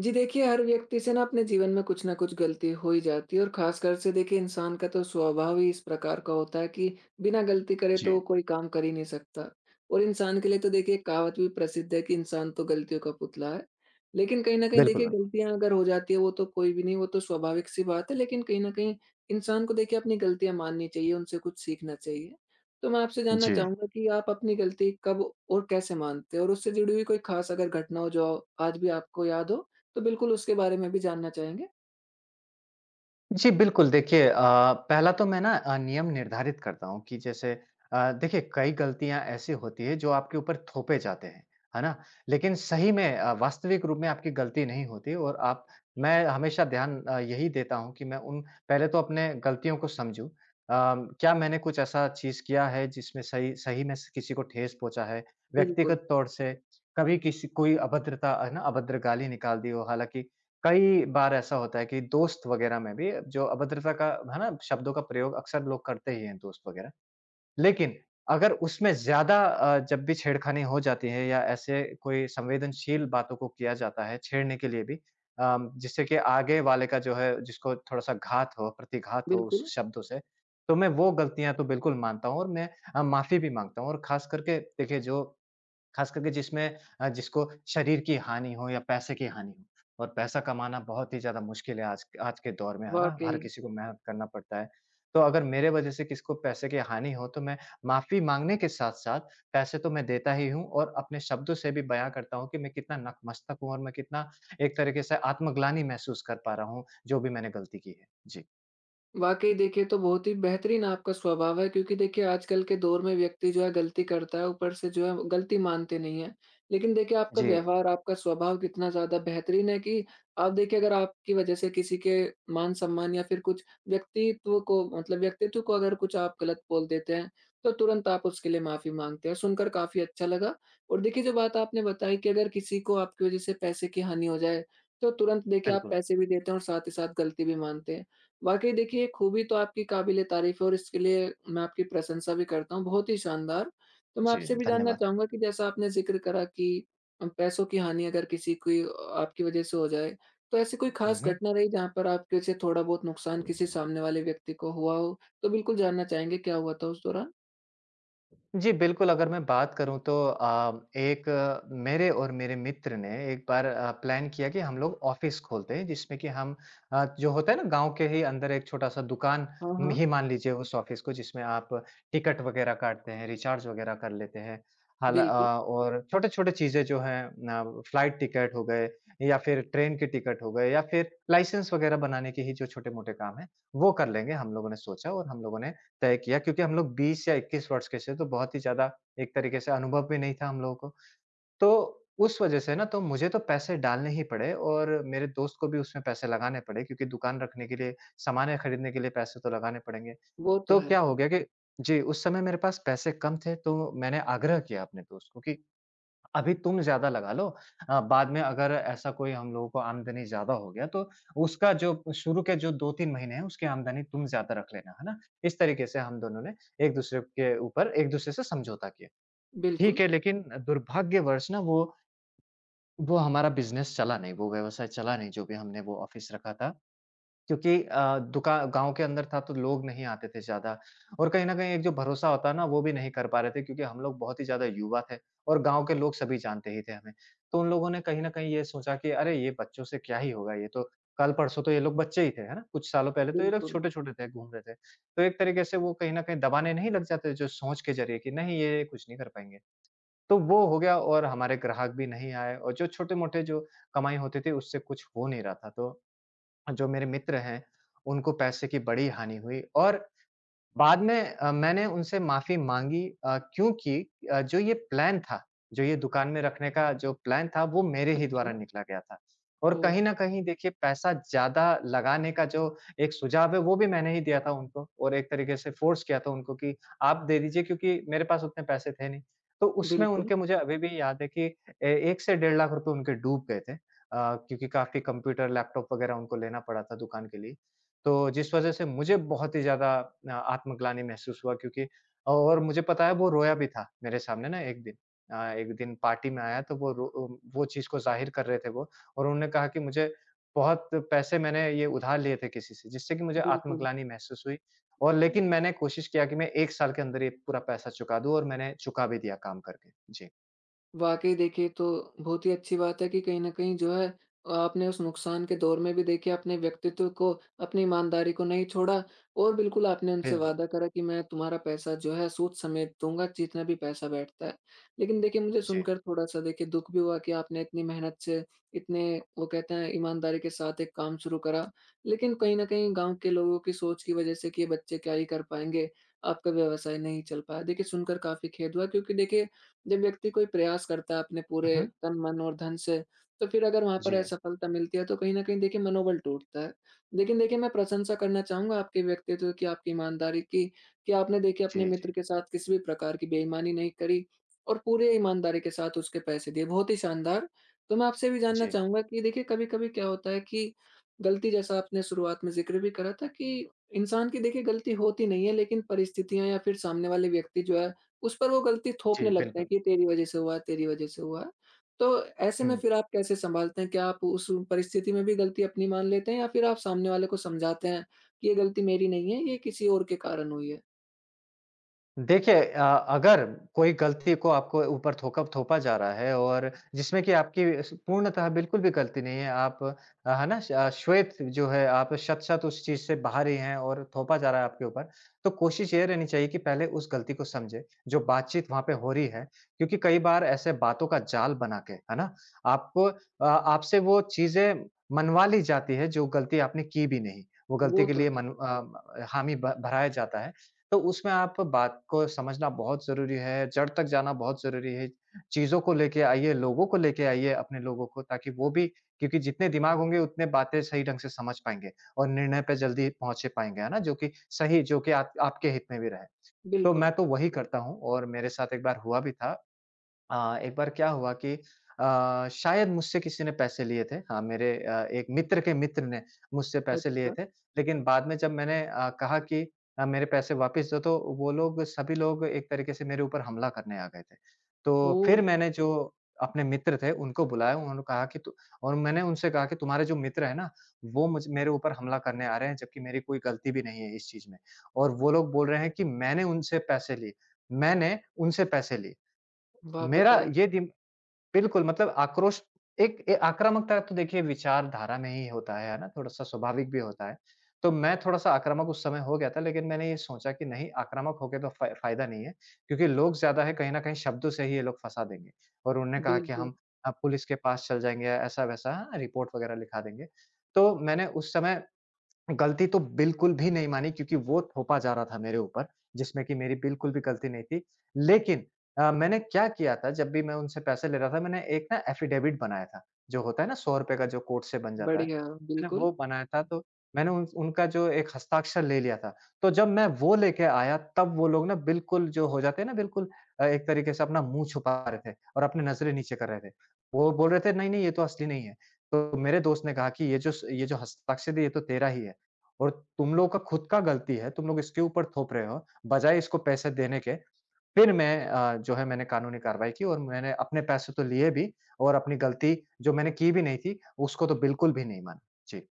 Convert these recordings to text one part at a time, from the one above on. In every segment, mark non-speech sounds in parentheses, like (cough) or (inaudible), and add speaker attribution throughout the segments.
Speaker 1: जी देखिए, हर व्यक्ति से ना अपने जीवन में कुछ न कुछ गलती हो ही जाती है और ख़ासकर से देखिए इंसान का तो स्वभाव ही इस प्रकार का होता है कि बिना गलती करे
Speaker 2: जी।
Speaker 1: तो कोई काम कर ही नहीं सकता। और इंसान के लिए तो देखिए एक कहावत भी प्रसिद्ध है कि इंसान तो गलतियों का पुतला है। लेकिन कहीं न कहीं
Speaker 2: बिल्कुल,
Speaker 1: देखिए,
Speaker 2: बिल्कुल।
Speaker 1: गलतियाँ अगर हो जाती है वो तो कोई भी नहीं, वो तो स्वाभाविक-सी बात है। लेकिन कहीं न कहीं इंसान को देखिए अपनी गलतियाँ माननी चाहिए, उनसे कुछ सीखना चाहिए। तो मैं आपसे जानना
Speaker 2: जी।
Speaker 1: चाहूँगा कि आप अपनी गलती कब और कैसे मानते हो? और उससे जुड़ी हुई कोई ख़ास अगर घटना हो जो आज भी आपको याद हो, तो बिल्कुल उसके बारे में भी जानना चाहेंगे?
Speaker 2: जी, बिल्कुल देखिए, पहला तो मैं ना नियम निर्धारित करता हूँ कि जैसे, देखिए कई गलतियाँ ऐसी होती हैं जो आपके ऊपर थोपे जाते हैं, है ना? लेकिन सही में वास्तविक रूप में आपकी गलती नहीं होती और आप, मैं हमेशा ध्यान यही देता हूँ कि मैं उन पहले तो अपने गलतियों को समझूँ। क्या मैंने कुछ ऐसा चीज़ किया है जिसमें सही सही में किसी को ठेस पहुँचा है?
Speaker 1: बिल्कुल,
Speaker 2: व्यक्तिगत तौर से कभी किसी कोई अभद्रता, है ना, अभद्र गाली निकाल दी हो, हालाँकि कई बार ऐसा होता है कि दोस्त वगैरह में भी जो अभद्रता का, है ना, शब्दों का प्रयोग अक्सर लोग करते ही हैं दोस्त वगैरह। लेकिन अगर उसमें ज़्यादा, जब भी छेड़खानी हो जाती है या ऐसे कोई संवेदनशील बातों को किया जाता है छेड़ने के लिए भी, जिससे कि आगे वाले का जो है जिसको थोड़ा-सा घात हो, प्रतिघात हो उस
Speaker 1: बिल्कुल,
Speaker 2: शब्दों से, तो मैं वो गलतियाँ तो बिल्कुल मानता हूँ और मैं माफ़ी भी माँगता हूँ। और ख़ास करके देखिए जो, खास करके जिसमें, जिसको शरीर की हानि हो या पैसे की हानि हो। और पैसा कमाना बहुत ही ज़्यादा मुश्किल है आज आज के दौर में, है ना? हर
Speaker 1: वाक़ई।
Speaker 2: किसी को मेहनत करना पड़ता है। तो अगर मेरे वज़ह से किसको पैसे की हानि हो, तो मैं माफ़ी माँगने के साथ-साथ पैसे तो मैं देता ही हूँ और अपने शब्दों से भी बयाँ करता हूँ कि मैं कितना नतमस्तक हूँ और मैं कितना एक तरीके से आत्मग्लानि महसूस कर पा रहा हूँ, जो भी मैंने गलती की है। जी।
Speaker 1: वाक़ई देखिए, तो बहुत ही बेहतरीन आपका स्वभाव है, क्योंकि देखिए आजकल के दौर में व्यक्ति जो है गलती करता है, ऊपर से जो है गलती मानते नहीं हैं। लेकिन देखिए आपका
Speaker 2: जी,
Speaker 1: व्यवहार, आपका स्वभाव कितना ज़्यादा बेहतरीन है कि आप देखिए, अगर आपकी वज़ह से किसी के मान-सम्मान या फिर कुछ व्यक्तित्व को मतलब व्यक्तित्व को अगर कुछ आप गलत बोल देते हैं, तो तुरंत आप उसके लिए माफ़ी माँगते हैं। सुनकर काफ़ी अच्छा लगा। और देखिए जो बात आपने बताई कि अगर किसी को आपकी वज़ह से पैसे की हानि हो जाए, तो तुरंत देखिए आप
Speaker 2: बिल्कुल।
Speaker 1: पैसे भी देते हैं और साथ ही साथ गलती भी मानते हैं। वाक़ई देखिए, खूबी तो आपकी काबिल-ए-तारीफ़ है और इसके लिए मैं आपकी प्रशंसा भी करता हूँ, बहुत ही शानदार। तो मैं
Speaker 2: जी,
Speaker 1: आपसे भी जानना
Speaker 2: धन्यवाद।
Speaker 1: चाहूँगा कि जैसा आपने ज़िक्र करा कि पैसों की हानि अगर किसी की आपकी वज़ह से हो जाए, तो ऐसी कोई
Speaker 2: हुँ,
Speaker 1: ख़ास
Speaker 2: हुँ।
Speaker 1: घटना रही जहाँ पर आपके से थोड़ा बहुत नुकसान किसी सामने वाले व्यक्ति को हुआ हो? तो बिल्कुल जानना चाहेंगे, क्या हुआ था उस दौरान?
Speaker 2: जी, बिल्कुल, अगर मैं बात करूँ तो मेरे और मेरे मित्र ने एक बार प्लान किया कि हम लोग ऑफ़िस खोलते हैं, जिसमें कि हम, जो होता है ना गाँव के ही अंदर एक छोटा-सा दुकान
Speaker 1: हाँ, हाँ,
Speaker 2: ही मान लीजिए उस ऑफ़िस को, जिसमें आप टिकट वग़ैरह काटते हैं, रिचार्ज वग़ैरह कर लेते हैं। हाल अ,
Speaker 1: बिल्कुल,
Speaker 2: और छोटे-छोटे चीज़ें जो हैं न, फ्लाइट टिकट हो गए या फिर ट्रेन के टिकट हो गए या फिर लाइसेंस वग़ैरह बनाने के ही जो छोटे-मोटे काम हैं, वो कर लेंगे, हम लोगों ने सोचा। और हम लोगों ने तय किया, क्योंकि हम लोग 20 या 21 वर्ष के थे, तो बहुत ही ज़्यादा एक तरीके से अनुभव भी नहीं था हम लोगों को। तो उस वजह से ना तो मुझे तो पैसे डालने ही पड़े और मेरे दोस्त को भी उसमें पैसे लगाने पड़े, क्योंकि दुकान रखने के लिए, सामानें खरीदने के लिए पैसे तो लगाने पड़ेंगे।
Speaker 1: वो तो
Speaker 2: तो
Speaker 1: है।
Speaker 2: क्या हो गया कि जी, उस समय मेरे पास पैसे कम थे, तो मैंने आग्रह किया अपने दोस्त को कि अभी तुम ज़्यादा लगा लो, बाद में अगर ऐसा कोई हम लोगों को आमदनी ज़्यादा हो गया, तो उसका जो शुरू के जो 2-3 महीने हैं, उसकी आमदनी तुम ज़्यादा रख लेना, है ना? इस तरीके से हम दोनों ने एक-दूसरे के ऊपर एक-दूसरे से समझौता किया। ठीक
Speaker 1: बिल्कुल,
Speaker 2: है। लेकिन दुर्भाग्यवश ना वो हमारा बिज़नेस चला नहीं, वो व्यवसाय चला नहीं, जो भी हमने वो ऑफ़िस रखा था। क्योंकि अ, दुका गाँव के अंदर था तो लोग नहीं आते थे ज़्यादा, और कहीं न कहीं एक जो भरोसा होता है ना, वो भी नहीं कर पा रहे थे, क्योंकि हम लोग बहुत ही ज़्यादा युवा थे और गाँव के लोग सभी जानते ही थे हमें। तो उन लोगों ने कहीं न कहीं ये सोचा कि अरे ये बच्चों से क्या ही होगा, ये तो कल-परसों तो ये लोग बच्चे ही थे, है ना? कुछ सालों पहले तो ये लोग
Speaker 1: बिल्कुल।
Speaker 2: छोटे-छोटे थे, घूम रहे थे। तो एक तरीके से वो कहीं न कहीं दबाने नहीं लग जाते, जो सोच के ज़रिए कि नहीं ये कुछ नहीं कर पाएँगे। तो वो हो गया और हमारे ग्राहक भी नहीं आए और जो छोटे-मोटे जो कमाई होती थी उससे कुछ हो नहीं रहा था। तो जो मेरे मित्र हैं, उनको पैसे की बड़ी हानि हुई। और बाद में मैंने उनसे माफ़ी माँगी, क्योंकि जो ये प्लान था, जो ये दुकान में रखने का जो प्लान था, वो मेरे ही द्वारा
Speaker 1: अच्छा,
Speaker 2: निकला गया था। और
Speaker 1: ओह!
Speaker 2: कहीं न कहीं देखिए पैसा ज़्यादा लगाने का जो एक सुझाव है, वो भी मैंने ही दिया था उनको, और एक तरीके से फ़ोर्स किया था उनको कि आप दे दीजिए, क्योंकि मेरे पास उतने पैसे थे नहीं। तो उसमें
Speaker 1: बिल्कुल,
Speaker 2: उनके, मुझे अभी भी याद है कि ए 1 से डेढ़ लाख रुपए उनके डूब गए थे, क्योंकि काफ़ी कंप्यूटर, लैपटॉप वग़ैरह उनको लेना पड़ा था दुकान के लिए। तो जिस वज़ह से मुझे बहुत ही ज़्यादा आत्मग्लानि महसूस हुआ, क्योंकि, और मुझे पता है वो रोया भी था मेरे सामने ना एक दिन। एक दिन पार्टी में आया तो वो वो चीज़ को ज़ाहिर कर रहे थे वो, और उन्होंने कहा कि मुझे बहुत पैसे मैंने ये उधार लिए थे किसी से, जिससे कि मुझे
Speaker 1: बिल्कुल।
Speaker 2: आत्मग्लानि महसूस हुई। और लेकिन मैंने कोशिश किया कि मैं 1 साल के अंदर ये पूरा पैसा चुका दूँ और मैंने चुका भी दिया काम करके। जी।
Speaker 1: वाक़ई देखिए, तो बहुत ही अच्छी बात है कि कहीं न कहीं जो है आपने उस नुकसान के दौर में भी देखिए अपने व्यक्तित्व को, अपनी ईमानदारी को नहीं छोड़ा। और बिल्कुल आपने उनसे
Speaker 2: बिल्कुल।
Speaker 1: वादा करा कि मैं तुम्हारा पैसा जो है सूद समेत दूँगा, जितना भी पैसा बैठता है। लेकिन देखिए, मुझे
Speaker 2: जी।
Speaker 1: सुनकर थोड़ा-सा देखिए दुःख भी हुआ कि आपने इतनी मेहनत से, इतने वो कहते हैं ईमानदारी के साथ एक काम शुरू करा। लेकिन कहीं न कहीं गाँव के लोगों की सोच की वज़ह से कि ये बच्चे क्या ही कर पाएँगे, आपका व्यवसाय नहीं चल पाया। देखिए सुनकर काफ़ी खेद हुआ, क्योंकि देखिए जब व्यक्ति कोई प्रयास करता है अपने
Speaker 2: हुँ,
Speaker 1: पूरे
Speaker 2: हुँ।
Speaker 1: तन, मन और धन से, तो फिर अगर वहाँ पर
Speaker 2: जी,
Speaker 1: असफलता मिलती है, तो कहीं न कहीं देखिए मनोबल टूटता है। लेकिन देखिए, मैं प्रशंसा करना चाहूँगा आपके व्यक्तित्व की, आपकी ईमानदारी की, कि आपने देखिए अपने
Speaker 2: जी,
Speaker 1: मित्र
Speaker 2: जी।
Speaker 1: के साथ किसी भी प्रकार की बेईमानी नहीं करी और पूरे ईमानदारी के साथ उसके पैसे दिए, बहुत ही शानदार। तो मैं आपसे भी जानना
Speaker 2: जी,
Speaker 1: चाहूँगा कि देखिए कभी-कभी क्या होता है कि गलती, जैसा आपने शुरुआत में ज़िक्र भी करा था, कि इंसान की देखिए गलती होती नहीं है, लेकिन परिस्थितियाँ या फिर सामने वाले व्यक्ति जो है उस पर वो गलती
Speaker 2: जी,
Speaker 1: थोपने लगते हैं
Speaker 2: बिल्कुल।
Speaker 1: कि तेरी वजह से हुआ है, तेरी वजह से हुआ है। तो ऐसे में
Speaker 2: हुँ।
Speaker 1: फिर आप कैसे सँभालते हैं? क्या आप उस परिस्थिति में भी गलती अपनी मान लेते हैं या फिर आप सामने वाले को समझाते हैं कि ये गलती मेरी नहीं है, ये किसी और के कारण हुई है?
Speaker 2: देखिए अगर कोई गलती को आपको ऊपर थोका थोपा जा रहा है और जिसमें कि आपकी स पूर्णतः बिल्कुल भी गलती नहीं है, आप है ना? श्वेत जो है, आप शत-शत उस चीज़ से बाहर ही हैं और थोपा जा रहा है आपके ऊपर, तो कोशिश ये रहनी चाहिए कि पहले उस गलती को समझें, जो बातचीत वहाँ पे हो रही है। क्योंकि कई बार ऐसे बातों का जाल बना के, है ना, आपको आपसे वो चीज़ें मनवा ली जाती है, जो गलती आपने की भी नहीं। वो गलती
Speaker 1: वो
Speaker 2: के
Speaker 1: तो
Speaker 2: लिए
Speaker 1: है।
Speaker 2: मन हामी भ भराया जाता है। तो उसमें आप बात को समझना बहुत ज़रूरी है, जड़ तक जाना बहुत ज़रूरी है। चीज़ों को लेके आइए, लोगों को लेके आइए अपने लोगों को, ताकि वो भी, क्योंकि जितने दिमाग होंगे उतने बातें सही ढंग से समझ पाएँगे और निर्णय पे जल्दी पहुँच पाएँगे, है ना? जो कि सही, जो कि आप आपके हित में भी रहे। तो
Speaker 1: बिल्कुल।
Speaker 2: मैं तो वही करता हूँ। और मेरे साथ एक बार हुआ भी था। एक बार क्या हुआ कि शायद मुझसे किसी ने पैसे लिए थे। हाँ, मेरे एक मित्र के मित्र ने मुझसे पैसे लिए
Speaker 1: अच्छा।
Speaker 2: थे। लेकिन बाद में जब मैंने कहा कि मेरे पैसे वापस दो, तो वो लोग सभी लोग एक तरीके से मेरे ऊपर हमला करने आ गए थे। तो
Speaker 1: ओह!
Speaker 2: फिर मैंने जो अपने मित्र थे उनको बुलाया, उन्होंने कहा कि तु और मैंने उनसे कहा कि तुम्हारे जो मित्र हैं ना, वो मुझ मेरे ऊपर हमला करने आ रहे हैं, जबकि मेरी कोई गलती भी नहीं है इस चीज़ में। और वो लोग बोल रहे हैं कि मैंने उनसे पैसे लिए, मैंने उनसे पैसे लिए।
Speaker 1: वाह!
Speaker 2: मेरा
Speaker 1: बताइए।
Speaker 2: ये दिम बिल्कुल मतलब आक्रोश, एक ए आक्रामकता तो देखिए विचारधारा में ही होता है ना? थोड़ा-सा स्वाभाविक भी होता है। तो मैं थोड़ा-सा आक्रामक उस समय हो गया था, लेकिन मैंने ये सोचा कि नहीं, आक्रामक होके तो फ़ायदा नहीं है, क्योंकि लोग ज़्यादा हैं, कहीं न कहीं शब्दों से ही ये लोग फँसा देंगे। और उन्होंने कहा कि
Speaker 1: बिल्कुल।
Speaker 2: हम पुलिस के पास चल जाएँगे, ऐसा-वैसा, हाँ, रिपोर्ट वगैरह लिखा देंगे। तो मैंने उस समय गलती तो बिल्कुल भी नहीं मानी, क्योंकि वो थोपा जा रहा था मेरे ऊपर, जिसमें कि मेरी बिल्कुल भी गलती नहीं थी। लेकिन मैंने क्या किया था, जब भी मैं उनसे पैसे ले रहा था मैंने एक ना एफ़िडेविट बनाया था, जो होता है ना ₹100 का जो कोर्ट से बन जाता है।
Speaker 1: बढ़िया,
Speaker 2: मैंने वो
Speaker 1: बिल्कुल।
Speaker 2: बनाया था, तो मैंने उन उनका जो एक हस्ताक्षर ले लिया था। तो जब मैं वो लेके आया तब वो लोग ना बिल्कुल, जो हो जाते हैं ना बिल्कुल, एक तरीके से अपना मुँह छुपा रहे थे और अपनी नज़रें नीचे कर रहे थे। वो बोल रहे थे नहीं, नहीं, ये तो असली नहीं है। तो मेरे दोस्त ने कहा कि ये जो स ये जो हस्ताक्षर है ये तो तेरा ही है। और तुम लोगों का खुद का गलती है, तुम लोग इसके ऊपर थोप रहे हो, बजाए इसको पैसे देने के। फिर मैं जो है मैंने कानूनी कार्रवाई की और मैंने अपने पैसे तो लिए भी, और अपनी गलती जो मैंने की भी नहीं थी, उसको तो बिल्कुल भी नहीं माना। जी,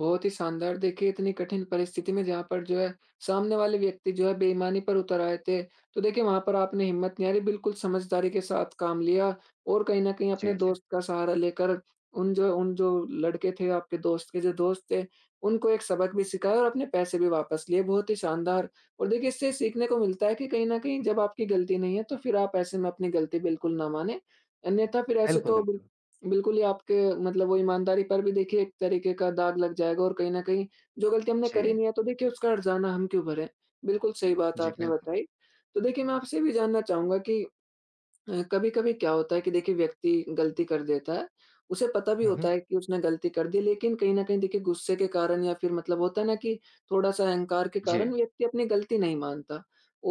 Speaker 1: बहुत ही शानदार देखिए, इतनी कठिन परिस्थिति में जहाँ पर जो है सामने वाले व्यक्ति जो है बेईमानी पर उतर आए थे, तो देखिए वहाँ पर आपने हिम्मत नहीं हारी, बिल्कुल समझदारी के साथ काम लिया और कहीं न कहीं अपने
Speaker 2: जी, जी।
Speaker 1: दोस्त का सहारा लेकर उन जो लड़के थे आपके दोस्त के जो दोस्त थे, उनको एक सबक भी सिखाया और अपने पैसे भी वापस लिए। बहुत ही शानदार। और देखिए इससे सीखने को मिलता है कि कहीं न कहीं जब आपकी गलती नहीं है तो फिर आप ऐसे में अपनी गलती बिल्कुल ना मानें, अन्यथा फिर ऐसे
Speaker 2: बिल्कुल,
Speaker 1: तो
Speaker 2: बिल्कुल।
Speaker 1: बिल्कुल बिल्कुल, ये आपके मतलब वो ईमानदारी पर भी देखिए एक तरीके का दाग लग जाएगा। और कहीं न कहीं जो गलती हमने करी
Speaker 2: जी,
Speaker 1: नहीं है तो देखिए उसका हर्जाना हम क्यों भरें? बिल्कुल सही बात
Speaker 2: जी,
Speaker 1: आपने
Speaker 2: बिल्कुल।
Speaker 1: बताई। तो देखिए मैं आपसे ये भी जानना चाहूँगा कि कभी-कभी क्या होता है कि देखिए व्यक्ति गलती कर देता है। उसे पता भी
Speaker 2: हुँ, हुँ।
Speaker 1: होता है कि उसने गलती कर दी, लेकिन कहीं न कहीं देखिए गुस्से के कारण या फिर मतलब होता है ना कि थोड़ा-सा अहंकार के
Speaker 2: जी,
Speaker 1: कारण व्यक्ति अपनी गलती नहीं मानता।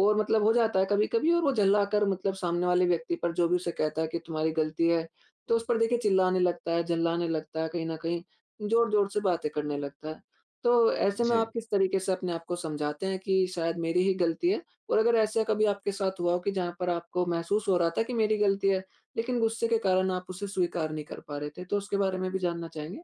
Speaker 1: और मतलब हो जाता है कभी-कभी, और वो झल्लाकर मतलब सामने वाले व्यक्ति पर जो भी उसे कहता है कि तुम्हारी गलती है, तो उस पर देखिए चिल्लाने लगता है, झल्लाने लगता है, कहीं न कहीं ज़ोर-ज़ोर से बातें करने लगता है। तो ऐसे में
Speaker 2: जी।
Speaker 1: आप किस तरीके से अपने आप को समझाते हैं कि शायद मेरी ही गलती है? और अगर ऐसा कभी आपके साथ हुआ हो कि जहाँ पर आपको महसूस हो रहा था कि मेरी गलती है, लेकिन गुस्से के कारण आप उसे स्वीकार नहीं कर पा रहे थे, तो उसके बारे में भी जानना चाहेंगे?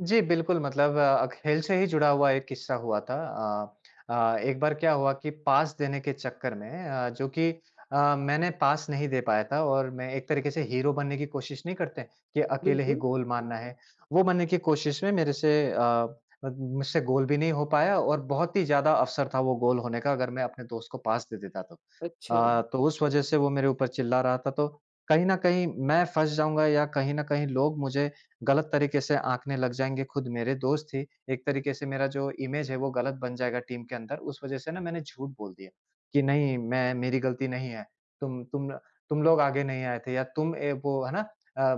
Speaker 2: जी, बिल्कुल मतलब खेल से ही जुड़ा हुआ एक किस्सा हुआ था। अ एक बार क्या हुआ कि पास देने के चक्कर में जो कि मैंने पास नहीं दे पाया था। और मैं एक तरीके से हीरो बनने की कोशिश नहीं करते कि अकेले ही
Speaker 1: बिल्कुल,
Speaker 2: गोल मारना है। वो बनने की कोशिश में मेरे से अ, म मुझसे गोल भी नहीं हो पाया और बहुत ही ज़्यादा अवसर था वो गोल होने का अगर मैं अपने दोस्त को पास दे देता तो।
Speaker 1: अच्छा,
Speaker 2: तो उस वज़ह से वो मेरे ऊपर चिल्ला रहा था तो कहीं न कहीं मैं फँस जाऊँगा या कहीं न कहीं लोग मुझे गलत तरीके से आँकने लग जाएँगे खुद मेरे दोस्त ही, एक तरीके से मेरा जो इमेज है वो गलत बन जाएगा टीम के अंदर, उस वज़ह से ना मैंने झूठ बोल दिया कि नहीं मैं मेरी गलती नहीं है, तुम तुम लोग आगे नहीं आए थे या तुम वो है ना। अ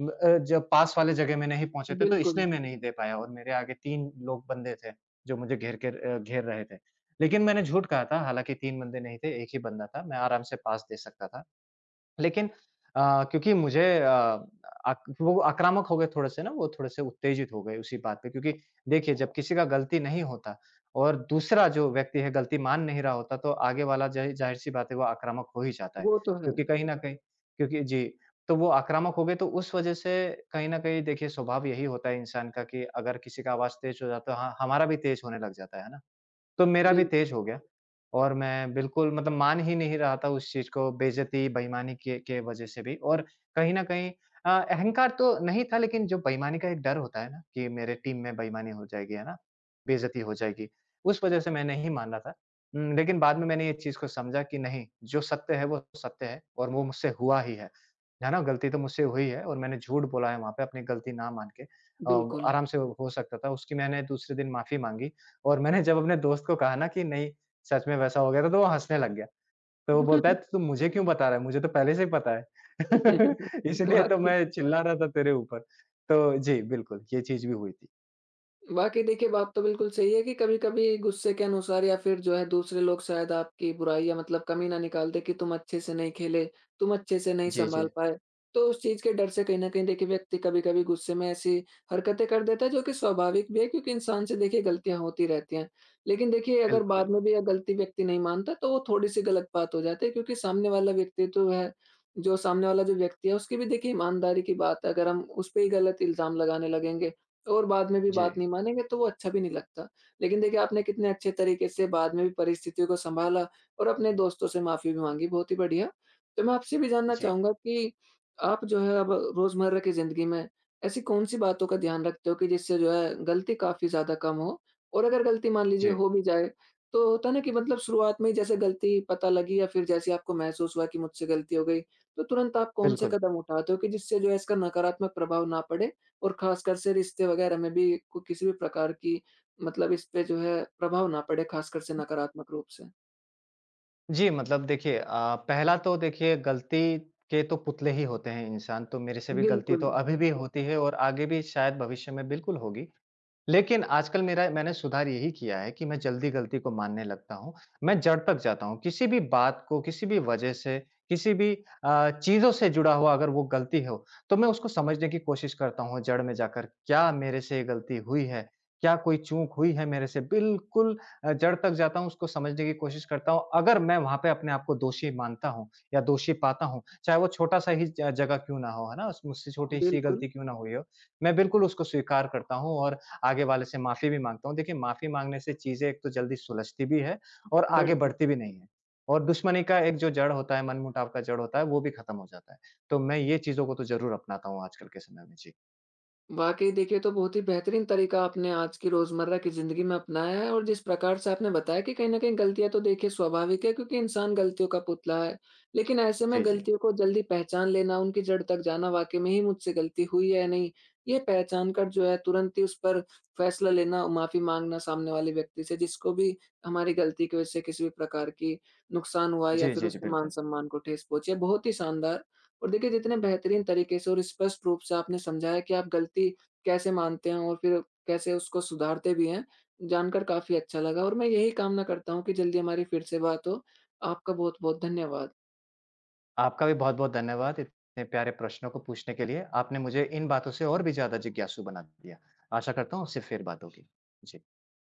Speaker 2: जब पास वाले जगह में नहीं पहुँचे थे तो इसलिए
Speaker 1: बिल्कुल,
Speaker 2: मैं नहीं दे पाया और मेरे आगे 3 लोग बंदे थे, जो मुझे घेर के घेर रहे थे। लेकिन मैंने झूठ कहा था, हालाँकि 3 बंदे नहीं थे, 1 ही बंदा था, मैं आराम से पास दे सकता था। लेकिन क्योंकि मुझे आक वो आक्रामक हो गए थोड़े-से ना, वो थोड़े-से उत्तेजित हो गए उसी बात पे क्योंकि देखिए, जब किसी का गलती नहीं होता और दूसरा जो व्यक्ति है गलती मान नहीं रहा होता, तो आगे वाला ज़ाहिर-सी बात है वो आक्रामक हो ही जाता है।
Speaker 1: वो तो है।
Speaker 2: क्योंकि कहीं न कहीं क्योंकि जी, तो वो आक्रामक हो गए तो उस वजह से कहीं न कहीं देखिए स्वभाव यही होता है इंसान का कि अगर किसी का आवाज़ तेज़ हो जाता है हाँ, हमारा भी तेज़ होने लग जाता है। है ना? तो मेरा भी
Speaker 1: बिल्कुल,
Speaker 2: तेज हो गया और मैं बिल्कुल मतलब मान ही नहीं रहा था उस चीज़ को बेइज़्ज़ती, बेईमानी के वज़ह से भी और कहीं न कहीं अहंकार तो नहीं था लेकिन जो बेईमानी का एक डर होता है ना कि मेरे टीम में बेईमानी हो जाएगी, है ना? बेइज़्ज़ती हो जाएगी, उस वज़ह से मैं नहीं मान रहा था। लेकिन बाद में मैंने ये चीज़ को समझा कि नहीं, जो सत्य है वो सत्य है और वो मुझसे हुआ ही है। है ना? गलती तो मुझसे हुई है और मैंने झूठ बोला है वहाँ पे अपनी गलती ना मान के।
Speaker 1: बिल्कुल।
Speaker 2: आराम से हो सकता था, उसकी मैंने दूसरे दिन माफ़ी माँगी और मैंने जब अपने दोस्त को कहा ना कि नहीं, सच में वैसा हो गया था, तो वो हँसने लग गया। तो वो बोलता है, "तू तो मुझे क्यों बता रहा है? मुझे तो पहले से ही पता है।
Speaker 1: (laughs)
Speaker 2: (laughs) इसलिए तो
Speaker 1: वाक़ई।
Speaker 2: मैं चिल्ला रहा था तेरे ऊपर।" तो जी, बिल्कुल, ये चीज़ भी हुई थी।
Speaker 1: बाकी देखिए, बात तो बिल्कुल सही है कि कभी-कभी गुस्से के अनुसार या फिर जो है दूसरे लोग शायद आपकी बुराई या मतलब कमी ना निकाल दें कि तुम अच्छे से नहीं खेले, तुम अच्छे से नहीं
Speaker 2: जी,
Speaker 1: सँभाल
Speaker 2: जी।
Speaker 1: पाए। तो उस चीज़ के डर से कहीं न कहीं देखिए व्यक्ति कभी-कभी गुस्से में ऐसी हरकतें कर देता है जो कि स्वाभाविक भी है, क्योंकि इंसान से देखिए गलतियाँ होती रहती हैं। लेकिन देखिए अगर
Speaker 2: बिल्कुल,
Speaker 1: बाद
Speaker 2: बिल्कुल।
Speaker 1: में भी यह गलती व्यक्ति नहीं मानता तो वो थोड़ी-सी गलत बात हो जाती है, क्योंकि सामने वाला व्यक्ति तो है, जो सामने वाला जो व्यक्ति है उसकी भी देखिए ईमानदारी की बात है। अगर हम उस पे ही गलत इल्ज़ाम लगाने लगेंगे और बाद में भी बात
Speaker 2: जी,
Speaker 1: नहीं मानेंगे तो वो अच्छा भी नहीं लगता। लेकिन देखिए आपने कितने अच्छे तरीके से बाद में भी परिस्थितियों को सँभाला और अपने दोस्तों से माफ़ी भी माँगी, बहुत ही बढ़िया। तो मैं आपसे भी जानना
Speaker 2: जी,
Speaker 1: चाहूँगा कि आप जो है अब रोज़मर्रा की ज़िंदगी में ऐसी कौन-सी बातों का ध्यान रखते हो कि जिससे जो है गलती काफ़ी ज़्यादा कम हो? और अगर गलती मान लीजिए
Speaker 2: जी,
Speaker 1: हो भी जाए, तो होता है ना कि मतलब शुरुआत में ही जैसे गलती पता लगी या फिर जैसे आपको महसूस हुआ कि मुझसे गलती हो गई, तो तुरंत आप कौन से
Speaker 2: बिल्कुल।
Speaker 1: कदम उठाते हो कि जिससे जो है इसका नकारात्मक प्रभाव ना पड़े और ख़ासकर से रिश्ते वग़ैरह में भी को किसी भी प्रकार की मतलब इस पे जो है प्रभाव ना पड़े, ख़ासकर से नकारात्मक रूप से।
Speaker 2: जी, मतलब देखिए पहला तो देखिए गलती के तो पुतले ही होते हैं इंसान, तो मेरे से भी गलती तो
Speaker 1: बिल्कुल,
Speaker 2: अभी भी होती है और आगे भी शायद भविष्य में बिल्कुल होगी। लेकिन आजकल मेरा मैंने सुधार यही किया है कि मैं जल्दी गलती को मानने लगता हूँ। मैं जड़ तक जाता हूँ, किसी भी बात को, किसी भी वजह से, किसी भी चीज़ों से जुड़ा हुआ अगर वो गलती हो, तो मैं उसको समझने की कोशिश करता हूँ जड़ में जाकर, क्या मेरे से ये गलती हुई है? क्या कोई चूक हुई है मेरे से? बिल्कुल जड़ तक जाता हूँ, उसको समझने की कोशिश करता हूँ। अगर मैं वहाँ पे अपने आप को दोषी मानता हूँ या दोषी पाता हूँ, चाहे वो छोटा-सा ही ज जगह क्यों ना हो, है ना? मुझसे छोटी-सी
Speaker 1: बिल्कुल,
Speaker 2: गलती क्यों ना हुई हो, मैं बिल्कुल उसको स्वीकार करता हूँ और आगे वाले से माफ़ी भी माँगता हूँ। देखिए, माफ़ी माँगने से चीज़ें एक तो जल्दी सुलझती भी है और आगे
Speaker 1: बढ़िया।
Speaker 2: बढ़ती भी नहीं है और दुश्मनी का एक जो जड़ होता है, मनमुटाव का जड़ होता है, वो भी खत्म हो जाता है। तो मैं ये चीज़ों को तो ज़रूर अपनाता हूँ आजकल के समय में। जी।
Speaker 1: वाक़ई देखिए, ये तो बहुत ही बेहतरीन तरीका आपने आज की रोज़मर्रा की ज़िंदगी में अपनाया है और जिस प्रकार से आपने बताया कि कहीं न कहीं गलतियाँ तो देखिए स्वाभाविक है, क्योंकि इंसान गलतियों का पुतला है। लेकिन ऐसे
Speaker 2: जी,
Speaker 1: में
Speaker 2: जी।
Speaker 1: गलतियों को जल्दी पहचान लेना, उनकी जड़ तक जाना, वाक़ई में ही मुझसे गलती हुई है या नहीं, ये पहचान कर जो है तुरंत ही उस पर फ़ैसला लेना, माफ़ी माँगना सामने वाले व्यक्ति से जिसको भी हमारी गलती की वज़ह से किसी भी प्रकार की नुकसान हुआ या
Speaker 2: जी,
Speaker 1: फिर
Speaker 2: जी, जी,
Speaker 1: उसके
Speaker 2: बिल्कुल।
Speaker 1: मान-सम्मान को ठेस पहुँची है, बहुत ही शानदार। और देखिए जितने बेहतरीन तरीके से और स्पष्ट रूप से आपने समझाया कि आप गलती कैसे मानते हैं और फिर कैसे उसको सुधारते भी हैं, जानकर काफ़ी अच्छा लगा। और मैं यही कामना करता हूँ कि जल्दी हमारी फिर से बात हो। आपका बहुत-बहुत धन्यवाद।
Speaker 2: आपका भी बहुत-बहुत धन्यवाद इतने प्यारे प्रश्नों को पूछने के लिए। आपने मुझे इन बातों से और भी ज़्यादा जिज्ञासु बना दिया। आशा करता हूँ उससे फिर बात होगी। जी।